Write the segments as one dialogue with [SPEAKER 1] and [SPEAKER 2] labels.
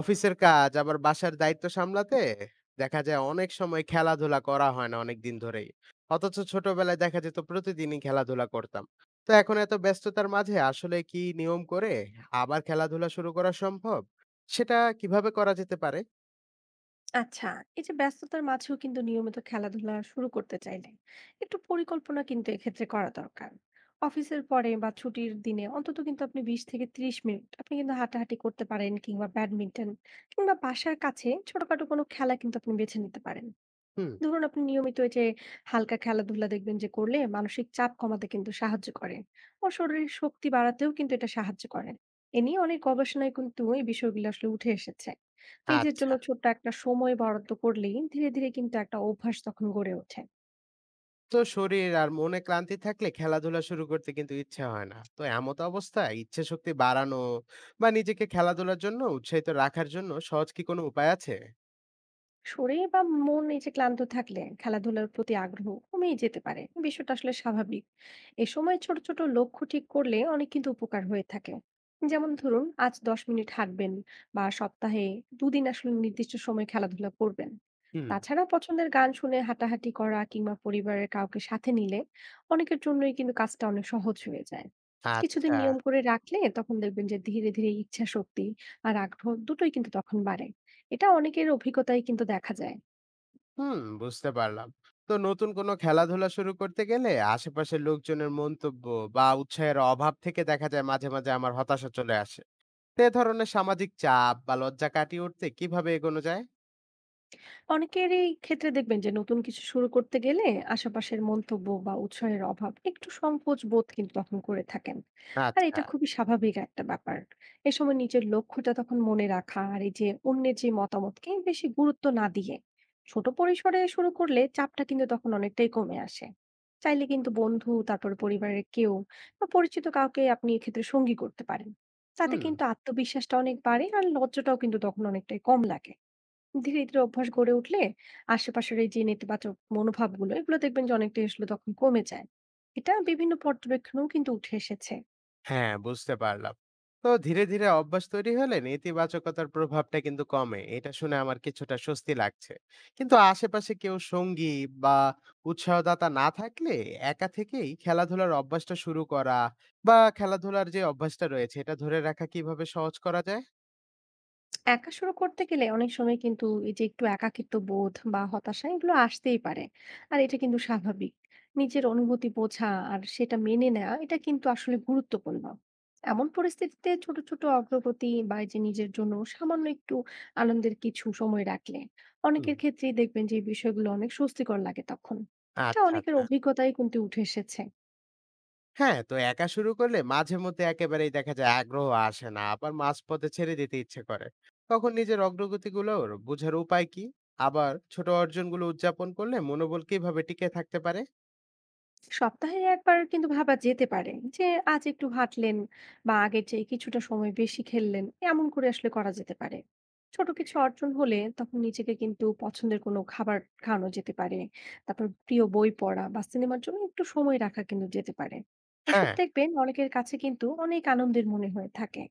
[SPEAKER 1] অফিসের কাজ আবার বাসার দায়িত্ব সামলাতে দেখা যায় অনেক সময় খেলাধুলা করা হয় না অনেক দিন ধরেই। অথচ ছোটবেলায় দেখা যেত প্রতিদিনই খেলাধুলা করতাম। তো এখন এত ব্যস্ততার মাঝে আসলে কি নিয়ম করে আবার খেলাধুলা শুরু করা সম্ভব? সেটা কিভাবে করা যেতে পারে?
[SPEAKER 2] আচ্ছা, এই যে ব্যস্ততার মাঝেও কিন্তু নিয়মিত খেলাধুলা শুরু করতে চাইলে একটু পরিকল্পনা কিন্তু এক্ষেত্রে করা দরকার। অফিসের পরে বা ছুটির দিনে অন্তত কিন্তু আপনি ২০ থেকে ৩০ মিনিট আপনি কিন্তু হাঁটাহাঁটি করতে পারেন, কিংবা ব্যাডমিন্টন, কিংবা বাসার কাছে ছোটখাটো কোনো খেলা কিন্তু আপনি বেছে নিতে পারেন।
[SPEAKER 1] হুম।
[SPEAKER 2] ধরুন আপনি নিয়মিত এই যে হালকা খেলাধুলা দেখবেন যে করলে মানসিক চাপ কমাতে কিন্তু সাহায্য করে ও শরীরের শক্তি বাড়াতেও কিন্তু এটা সাহায্য করে। এ নিয়ে অনেক গবেষণায় কিন্তু এই বিষয়গুলো আসলে উঠে এসেছে। নিজের জন্য
[SPEAKER 1] আচ্ছা।
[SPEAKER 2] ছোট্ট একটা সময় বরাদ্দ করলেই ধীরে ধীরে কিন্তু একটা অভ্যাস তখন গড়ে ওঠে।
[SPEAKER 1] তো শরীর আর মনে ক্লান্তি থাকলে খেলাধুলা শুরু করতে কিন্তু ইচ্ছা হয় না, তো এমত অবস্থায় ইচ্ছে শক্তি বাড়ানো বা নিজেকে খেলাধুলার জন্য উৎসাহিত রাখার জন্য সহজ কি কোনো উপায় আছে?
[SPEAKER 2] শরীর বা মন এই যে ক্লান্ত থাকলে খেলাধুলার প্রতি আগ্রহ কমেই যেতে পারে, বিষয়টা আসলে স্বাভাবিক। এ সময় ছোট ছোট লক্ষ্য ঠিক করলে অনেক কিন্তু উপকার হয়ে থাকে। যেমন ধরুন, আজ ১০ মিনিট হাঁটবেন, বা সপ্তাহে দুদিন আসলে নির্দিষ্ট সময় খেলাধুলা করবেন।
[SPEAKER 1] হুম।
[SPEAKER 2] তাছাড়া পছন্দের গান শুনে হাঁটাহাঁটি করা কিংবা পরিবারের কাউকে সাথে নিলে অনেকের জন্যই কিন্তু কাজটা অনেক সহজ হয়ে যায়। কিছুদিন
[SPEAKER 1] আচ্ছা।
[SPEAKER 2] নিয়ম করে রাখলে তখন দেখবেন যে ধীরে ধীরে ইচ্ছা শক্তি আর আগ্রহ দুটোই কিন্তু তখন বাড়ে। এটা অনেকের অভিজ্ঞতায় কিন্তু দেখা যায়।
[SPEAKER 1] হুম, বুঝতে পারলাম। তো নতুন কোনো খেলাধুলা শুরু করতে গেলে আশেপাশের লোকজনের মন্তব্য বা উৎসাহের অভাব থেকে দেখা যায় মাঝে মাঝে আমার হতাশা চলে আসে। তো এ ধরনের সামাজিক চাপ বা লজ্জা কাটিয়ে উঠতে কিভাবে এগোনো যায়?
[SPEAKER 2] অনেকেরই ক্ষেত্রে দেখবেন যে নতুন কিছু শুরু করতে গেলে আশেপাশের মন্তব্য বা উৎসাহের অভাব একটু সংকোচ বোধ কিন্তু তখন করে থাকেন। আর
[SPEAKER 1] আচ্ছা।
[SPEAKER 2] এটা খুবই স্বাভাবিক একটা ব্যাপার। এ সময় নিজের লক্ষ্যটা তখন মনে রাখা আর এই যে অন্যের যে মতামতকে বেশি গুরুত্ব না দিয়ে ছোট পরিসরে শুরু করলে চাপটা কিন্তু তখন অনেকটাই কমে আসে। চাইলে কিন্তু বন্ধু, তারপর পরিবারের কেউ বা পরিচিত কাউকে আপনি এক্ষেত্রে সঙ্গী করতে পারেন। তাতে
[SPEAKER 1] হুম।
[SPEAKER 2] কিন্তু আত্মবিশ্বাসটা অনেক বাড়ে আর লজ্জাটাও কিন্তু তখন অনেকটাই কম লাগে। ধীরে, ধীরে অভ্যাস গড়ে উঠলে আশেপাশের এই যে নেতিবাচক মনোভাবগুলো এগুলো দেখবেন যে অনেকটাই আসলে তখন কমে যায়। এটা বিভিন্ন পর্যবেক্ষণেও কিন্তু উঠে এসেছে।
[SPEAKER 1] হ্যাঁ, বুঝতে পারলাম। তো ধীরে ধীরে অভ্যাস তৈরি হলে নেতিবাচকতার প্রভাবটা কিন্তু কমে, এটা শুনে আমার কিছুটা স্বস্তি লাগছে। কিন্তু আশেপাশে কেউ সঙ্গী বা উৎসাহদাতা না থাকলে একা থেকেই খেলাধুলার অভ্যাসটা শুরু করা বা খেলাধুলার যে অভ্যাসটা রয়েছে এটা ধরে রাখা কিভাবে সহজ করা যায়?
[SPEAKER 2] একা শুরু করতে গেলে অনেক সময় কিন্তু এই যে একটু একাকিত্ব বোধ বা হতাশা এগুলো আসতেই পারে। আর এটা কিন্তু স্বাভাবিক। নিজের অনুভূতি বোঝা আর সেটা মেনে নেওয়া এটা কিন্তু আসলে গুরুত্বপূর্ণ। এমন পরিস্থিতিতে ছোট ছোট অগ্রগতি বা এই যে নিজের জন্য সামান্য একটু আনন্দের কিছু সময় রাখলে
[SPEAKER 1] হুম।
[SPEAKER 2] অনেকের ক্ষেত্রেই দেখবেন যে এই বিষয়গুলো অনেক স্বস্তিকর লাগে তখন। এটা
[SPEAKER 1] আচ্ছা,
[SPEAKER 2] অনেকের
[SPEAKER 1] আচ্ছা।
[SPEAKER 2] অভিজ্ঞতায় কিন্তু উঠে এসেছে।
[SPEAKER 1] হ্যাঁ, তো একা শুরু করলে মাঝে মধ্যে একেবারেই দেখা যায় আগ্রহ আসে না। আবার মাঝপথে ছেড়ে দিতে ইচ্ছে করে। তখন নিজের অগ্রগতিগুলোর বোঝার উপায় কি? আবার ছোট অর্জনগুলো উদযাপন করলে মনোবল কিভাবে টিকে থাকতে পারে?
[SPEAKER 2] সপ্তাহে একবার কিন্তু ভাবা যেতে পারে যে আজ একটু হাঁটলেন বা আগের চেয়ে কিছুটা সময় বেশি খেললেন, এমন করে আসলে করা যেতে পারে। ছোট কিছু অর্জন হলে তখন নিজেকে কিন্তু পছন্দের কোনো খাবার খাওয়ানো যেতে পারে, তারপর প্রিয় বই পড়া বা সিনেমার জন্য একটু সময় রাখা কিন্তু যেতে পারে। এসব
[SPEAKER 1] হ্যাঁ।
[SPEAKER 2] দেখবেন অনেকের কাছে কিন্তু অনেক আনন্দের মনে হয়ে থাকে।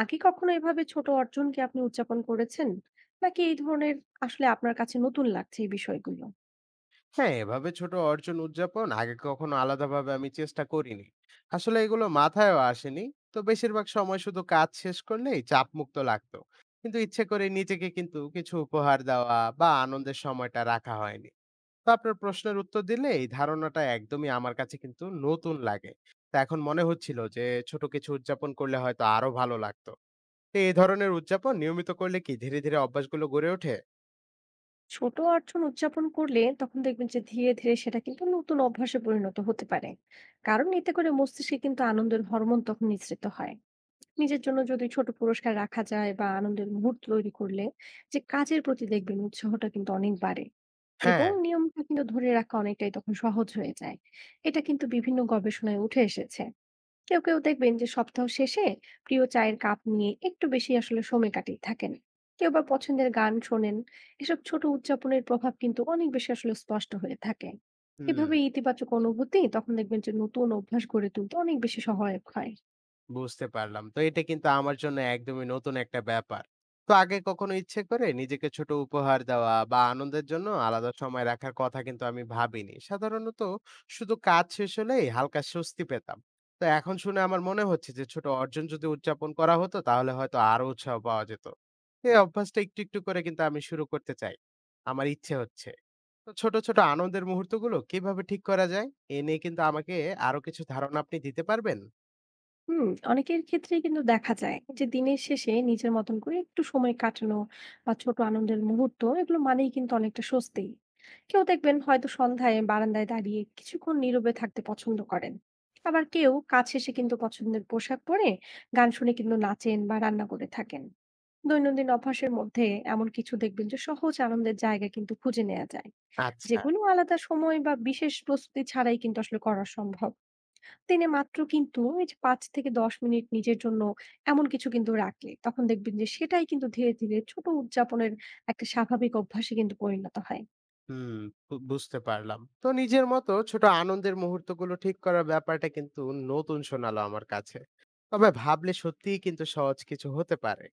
[SPEAKER 2] আগে কখনো এভাবে ছোট অর্জন কি আপনি উদযাপন করেছেন, নাকি এই ধরনের আসলে আপনার কাছে নতুন লাগছে এই বিষয়গুলো?
[SPEAKER 1] হ্যাঁ, এভাবে ছোট অর্জন উদযাপন আগে কখনো আলাদাভাবে আমি চেষ্টা করিনি। আসলে এগুলো মাথায়ও আসেনি। তো বেশিরভাগ সময় শুধু কাজ শেষ করলেই চাপমুক্ত লাগতো। কিন্তু ইচ্ছে করে নিজেকে কিন্তু কিছু উপহার দেওয়া বা আনন্দের সময়টা রাখা হয়নি। তো আপনার প্রশ্নের উত্তর দিলে এই ধারণাটা একদমই আমার কাছে কিন্তু নতুন লাগে। তো এখন মনে হচ্ছিল যে ছোট কিছু উদযাপন করলে হয়তো আরো ভালো লাগতো। তো এই ধরনের উদযাপন নিয়মিত করলে কি ধীরে, ধীরে অভ্যাসগুলো গড়ে ওঠে?
[SPEAKER 2] ছোট অর্জন উদযাপন করলে তখন দেখবেন যে ধীরে ধীরে সেটা কিন্তু নতুন অভ্যাসে পরিণত হতে পারে। কারণ এতে করে মস্তিষ্কে কিন্তু আনন্দের হরমোন তখন নিঃসৃত হয়। নিজের জন্য যদি ছোট পুরস্কার রাখা যায় বা আনন্দের মুহূর্ত তৈরি করলে যে কাজের প্রতি দেখবেন উৎসাহটা কিন্তু অনেক বাড়ে
[SPEAKER 1] হ্যাঁ।
[SPEAKER 2] এবং নিয়মটা কিন্তু ধরে রাখা অনেকটাই তখন সহজ হয়ে যায়। এটা কিন্তু বিভিন্ন গবেষণায় উঠে এসেছে। কেউ কেউ দেখবেন যে সপ্তাহ শেষে প্রিয় চায়ের কাপ নিয়ে একটু বেশি আসলে সময় কাটিয়ে থাকেন, কেউ বা পছন্দের গান শোনেন। এসব ছোট উদযাপনের প্রভাব কিন্তু অনেক বেশি আসলে স্পষ্ট হয়ে থাকে।
[SPEAKER 1] হুম,
[SPEAKER 2] এভাবে ইতিবাচক অনুভূতি তখন দেখবেন যে নতুন অভ্যাস গড়ে তুলতে অনেক বেশি সহায়ক হয়।
[SPEAKER 1] বুঝতে পারলাম। তো এটা কিন্তু আমার জন্য একদমই নতুন একটা ব্যাপার। তো আগে কখনো ইচ্ছে করে নিজেকে ছোট উপহার দেওয়া বা আনন্দের জন্য আলাদা সময় রাখার কথা কিন্তু আমি ভাবিনি। সাধারণত শুধু কাজ শেষ হলেই হালকা স্বস্তি পেতাম। তো এখন শুনে আমার মনে হচ্ছে যে ছোট অর্জন যদি উদযাপন করা হতো তাহলে হয়তো আরো উৎসাহ পাওয়া যেত। এই অভ্যাসটা একটু, একটু করে কিন্তু আমি শুরু করতে চাই। আমার ইচ্ছে হচ্ছে। তো ছোট, ছোট আনন্দের মুহূর্তগুলো কিভাবে ঠিক করা যায়? এ নিয়ে কিন্তু আমাকে আরো কিছু ধারণা আপনি দিতে পারবেন?
[SPEAKER 2] হুম। অনেকের ক্ষেত্রে কিন্তু দেখা যায় যে দিনের শেষে নিজের মতন করে একটু সময় কাটানো বা ছোট আনন্দের মুহূর্ত এগুলো মানেই কিন্তু অনেকটা স্বস্তি। কেউ দেখবেন হয়তো সন্ধ্যায় বারান্দায় দাঁড়িয়ে কিছুক্ষণ নীরবে থাকতে পছন্দ করেন, আবার কেউ কাজ শেষে কিন্তু পছন্দের পোশাক পরে গান শুনে কিন্তু নাচেন বা রান্না করে থাকেন। দৈনন্দিন অভ্যাসের মধ্যে এমন কিছু দেখবেন যে সহজ আনন্দের জায়গা কিন্তু খুঁজে নেওয়া যায়,
[SPEAKER 1] আচ্ছা।
[SPEAKER 2] যেগুলো আলাদা সময় বা বিশেষ প্রস্তুতি ছাড়াই কিন্তু আসলে করা সম্ভব। দিনে মাত্র কিন্তু এই যে ৫ থেকে ১০ মিনিট নিজের জন্য এমন কিছু কিন্তু রাখলে তখন দেখবেন যে সেটাই কিন্তু ধীরে, ধীরে ছোট উদযাপনের একটা স্বাভাবিক অভ্যাসে কিন্তু পরিণত হয়।
[SPEAKER 1] হুম, বুঝতে পারলাম। তো নিজের মতো ছোট আনন্দের মুহূর্তগুলো ঠিক করার ব্যাপারটা কিন্তু নতুন শোনালো আমার কাছে। তবে ভাবলে সত্যিই কিন্তু সহজ কিছু হতে পারে।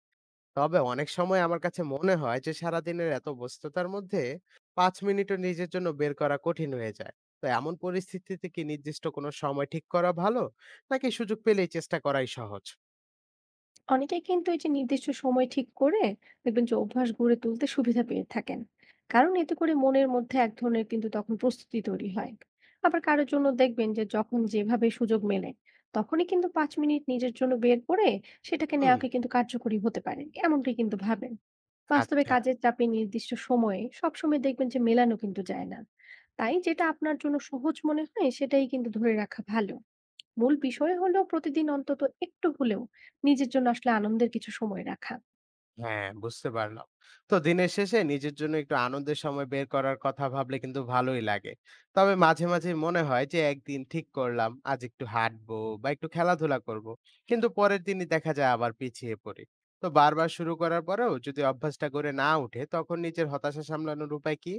[SPEAKER 1] তবে অনেক সময় আমার কাছে মনে হয় যে সারাদিনের এত ব্যস্ততার মধ্যে ৫ মিনিটও নিজের জন্য বের করা কঠিন হয়ে যায়। তো এমন পরিস্থিতিতে কি নির্দিষ্ট কোনো সময় ঠিক করা ভালো? নাকি সুযোগ পেলেই চেষ্টা করাই সহজ?
[SPEAKER 2] অনেকেই কিন্তু এই যে নির্দিষ্ট সময় ঠিক করে দেখবেন যে অভ্যাস গড়ে তুলতে সুবিধা পেয়ে থাকেন। কারণ এতে করে মনের মধ্যে এক ধরনের কিন্তু তখন প্রস্তুতি তৈরি হয়। আবার কারো জন্য দেখবেন যে যখন যেভাবে সুযোগ মেলে তখনই কিন্তু ৫ মিনিট নিজের জন্য বের করে সেটাকে
[SPEAKER 1] হুম।
[SPEAKER 2] নেওয়াকে কিন্তু কার্যকরী হতে পারে। এমনটাই কিন্তু ভাবেন। বাস্তবে
[SPEAKER 1] আচ্ছা।
[SPEAKER 2] কাজের চাপে নির্দিষ্ট সময়ে সবসময় দেখবেন যে মেলানো কিন্তু যায় না। তাই যেটা আপনার জন্য সহজ মনে হয় সেটাই কিন্তু ধরে রাখা ভালো। মূল বিষয় হলো, প্রতিদিন অন্তত একটু হলেও নিজের জন্য আসলে আনন্দের কিছু সময় রাখা।
[SPEAKER 1] হ্যাঁ, বুঝতে পারলাম। তো দিনের শেষে নিজের জন্য একটু আনন্দের সময় বের করার কথা ভাবলে কিন্তু ভালোই লাগে। তবে মাঝে, মাঝে মনে হয় যে একদিন ঠিক করলাম আজ একটু হাঁটবো বা একটু খেলাধুলা করব। কিন্তু পরের দিনই দেখা যায় আবার পিছিয়ে পড়ি। তো বারবার শুরু করার পরেও যদি অভ্যাসটা গড়ে না উঠে তখন নিজের হতাশা সামলানোর উপায় কি?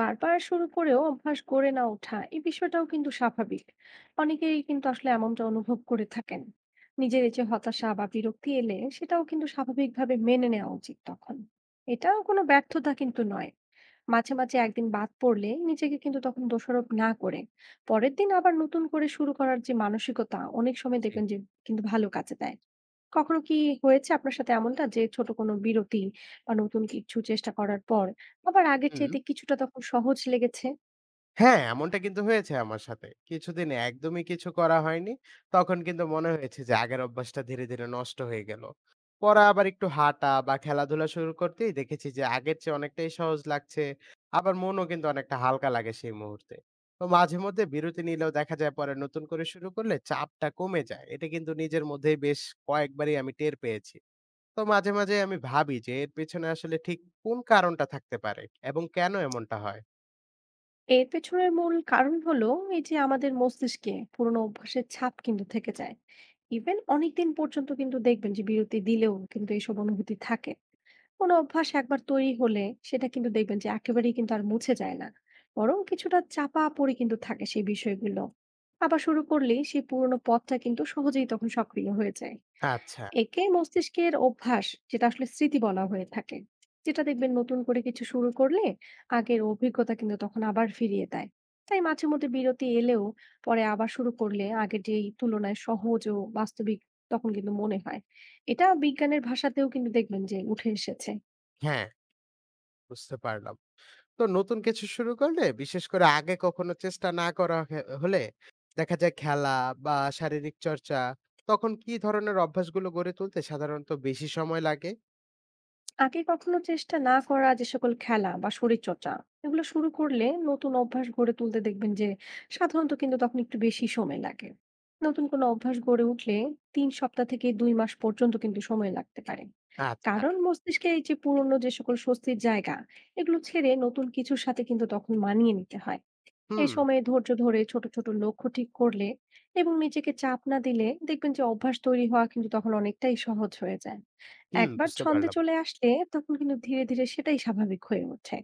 [SPEAKER 2] বারবার শুরু করেও অভ্যাস গড়ে না ওঠা এই বিষয়টাও কিন্তু স্বাভাবিক। অনেকেই কিন্তু আসলে এমনটা অনুভব করে থাকেন। নিজের এই যে হতাশা বা বিরক্তি এলে সেটাও কিন্তু স্বাভাবিকভাবে মেনে নেওয়া উচিত তখন। এটাও কোনো ব্যর্থতা কিন্তু নয়। মাঝে, মাঝে একদিন বাদ পড়লে নিজেকে কিন্তু তখন দোষারোপ না করে পরের দিন আবার নতুন করে শুরু করার যে মানসিকতা, অনেক সময়
[SPEAKER 1] জি।
[SPEAKER 2] দেখবেন যে কিন্তু ভালো কাজে দেয়। কখনো কি হয়েছে আপনার সাথে এমনটা যে ছোট কোনো বিরতি বা নতুন কিছু চেষ্টা করার পর আবার আগের
[SPEAKER 1] হুম।
[SPEAKER 2] চাইতে কিছুটা তখন সহজ লেগেছে?
[SPEAKER 1] হ্যাঁ, এমনটা কিন্তু হয়েছে আমার সাথে। কিছুদিন একদমই কিছু করা হয়নি। তখন কিন্তু মনে হয়েছে যে আগের অভ্যাসটা ধীরে, ধীরে নষ্ট হয়ে গেল। পরে আবার একটু হাঁটা বা খেলাধুলা শুরু করতেই দেখেছি যে আগের চেয়ে অনেকটাই সহজ লাগছে। আবার মনও কিন্তু অনেকটা হালকা লাগে সেই মুহূর্তে। তো মাঝে মধ্যে বিরতি নিলেও দেখা যায় পরে নতুন করে শুরু করলে চাপটা কমে যায়। এটা কিন্তু নিজের মধ্যেই বেশ কয়েকবারই আমি টের পেয়েছি। তো মাঝে, মাঝে আমি ভাবি যে এর পেছনে আসলে ঠিক কোন কারণটা থাকতে পারে এবং কেন এমনটা হয়?
[SPEAKER 2] এর পেছনের মূল কারণ হলো এই যে আমাদের মস্তিষ্কে পুরোনো অভ্যাসের ছাপ কিন্তু থেকে যায়। ইভেন অনেকদিন পর্যন্ত কিন্তু দেখবেন যে বিরতি দিলেও কিন্তু এইসব অনুভূতি থাকে। কোনো অভ্যাস একবার তৈরি হলে সেটা কিন্তু দেখবেন যে একেবারেই কিন্তু আর মুছে যায় না, বরং কিছুটা চাপা পড়ে কিন্তু থাকে সেই বিষয়গুলো। আবার শুরু করলেই সেই পুরোনো পথটা কিন্তু সহজেই তখন সক্রিয় হয়ে যায়।
[SPEAKER 1] আচ্ছা,
[SPEAKER 2] একে মস্তিষ্কের অভ্যাস, যেটা আসলে স্মৃতি বলা হয়ে থাকে, যেটা দেখবেন নতুন করে কিছু শুরু করলে আগের অভিজ্ঞতা কিন্তু তখন আবার ফিরিয়ে দেয়। তাই মাঝে মধ্যে বিরতি এলেও পরে আবার শুরু করলে আগের যেই তুলনায় সহজ ও বাস্তবিক তখন কিন্তু মনে হয়। এটা বিজ্ঞানের ভাষাতেও কিন্তু দেখবেন যে উঠে এসেছে।
[SPEAKER 1] হ্যাঁ, বুঝতে পারলাম। তো নতুন কিছু শুরু করলে বিশেষ করে আগে কখনো চেষ্টা না করা হলে দেখা যায় খেলা বা শারীরিক চর্চা তখন কি ধরনের অভ্যাসগুলো গড়ে তুলতে সাধারণত বেশি সময় লাগে?
[SPEAKER 2] আগে কখনো চেষ্টা না করা যে সকল খেলা বা শরীরচর্চা এগুলো শুরু করলে নতুন অভ্যাস গড়ে তুলতে দেখবেন যে সাধারণত কিন্তু তখন একটু বেশি সময় লাগে। নতুন কোনো অভ্যাস গড়ে উঠলে ৩ সপ্তাহ থেকে ২ মাস পর্যন্ত কিন্তু সময় লাগতে পারে।
[SPEAKER 1] আচ্ছা।
[SPEAKER 2] কারণ মস্তিষ্কে এই যে পুরনো যে সকল স্বস্তির জায়গা এগুলো ছেড়ে নতুন কিছুর সাথে কিন্তু তখন মানিয়ে নিতে হয়। এই
[SPEAKER 1] হুম,
[SPEAKER 2] সময়ে ধৈর্য ধরে ছোট ছোট লক্ষ্য ঠিক করলে এবং নিজেকে চাপ না দিলে দেখবেন যে অভ্যাস তৈরি হওয়া কিন্তু তখন অনেকটাই সহজ হয়ে যায়।
[SPEAKER 1] হুম,
[SPEAKER 2] একবার
[SPEAKER 1] বুঝতে
[SPEAKER 2] ছন্দে
[SPEAKER 1] পারলাম।
[SPEAKER 2] চলে আসলে তখন কিন্তু ধীরে ধীরে সেটাই স্বাভাবিক হয়ে ওঠে।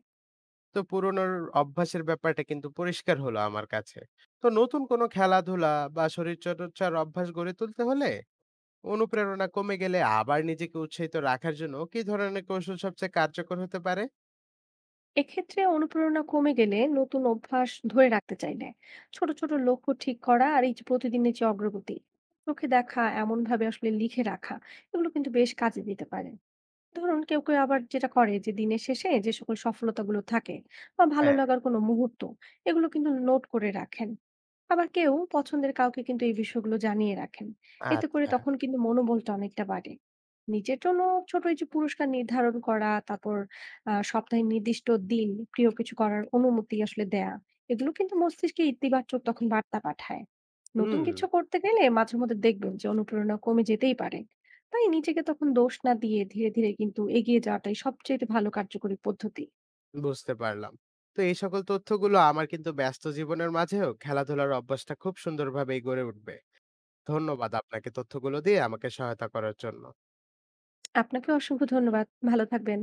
[SPEAKER 1] তো পুরনোর অভ্যাসের ব্যাপারটা কিন্তু পরিষ্কার হলো আমার কাছে। তো নতুন কোনো খেলাধুলা বা শরীরচর্চার অভ্যাস গড়ে তুলতে হলে অনুপ্রেরণা কমে গেলে আবার নিজেকে উৎসাহিত রাখার জন্য কি ধরনের কৌশল সবচেয়ে কার্যকর হতে পারে?
[SPEAKER 2] এক্ষেত্রে অনুপ্রেরণা কমে গেলে নতুন অভ্যাস ধরে রাখতে চাইলে ছোট ছোট লক্ষ্য ঠিক করা আর এই যে প্রতিদিনের যে অগ্রগতি চোখে দেখা এমন ভাবে আসলে লিখে রাখা, এগুলো কিন্তু বেশ কাজে দিতে পারে। ধরুন কেউ আবার যেটা করে যে দিনের শেষে যে সকল সফলতাগুলো থাকে বা ভালো
[SPEAKER 1] হ্যাঁ।
[SPEAKER 2] লাগার কোনো মুহূর্ত এগুলো কিন্তু নোট করে রাখেন। আবার কেউ পছন্দের কাউকে কিন্তু এই বিষয়গুলো জানিয়ে রাখেন। এতে করে
[SPEAKER 1] আচ্ছা।
[SPEAKER 2] তখন কিন্তু মনোবলটা অনেকটা বাড়ে। নিজের জন্য ছোট এই যে পুরস্কার নির্ধারণ করা, তারপর সপ্তাহের নির্দিষ্ট দিন প্রিয় কিছু করার অনুমতি আসলে দেয়া। এগুলো কিন্তু মস্তিষ্কে ইতিবাচক তখন বার্তা পাঠায়। নতুন
[SPEAKER 1] হুম,
[SPEAKER 2] কিছু করতে গেলে মাঝে মধ্যে দেখবেন যে অনুপ্রেরণা কমে যেতেই পারে। তাই নিজেকে তখন দোষ না দিয়ে ধীরে ধীরে কিন্তু এগিয়ে যাওয়াটাই সবচেয়ে ভালো কার্যকরী পদ্ধতি।
[SPEAKER 1] বুঝতে পারলাম। তো এই সকল তথ্যগুলো আমার কিন্তু ব্যস্ত জীবনের মাঝেও খেলাধুলার অভ্যাসটা খুব সুন্দরভাবেই গড়ে উঠবে। ধন্যবাদ আপনাকে তথ্যগুলো দিয়ে আমাকে সহায়তা করার জন্য।
[SPEAKER 2] আপনাকে অসংখ্য ধন্যবাদ। ভালো থাকবেন।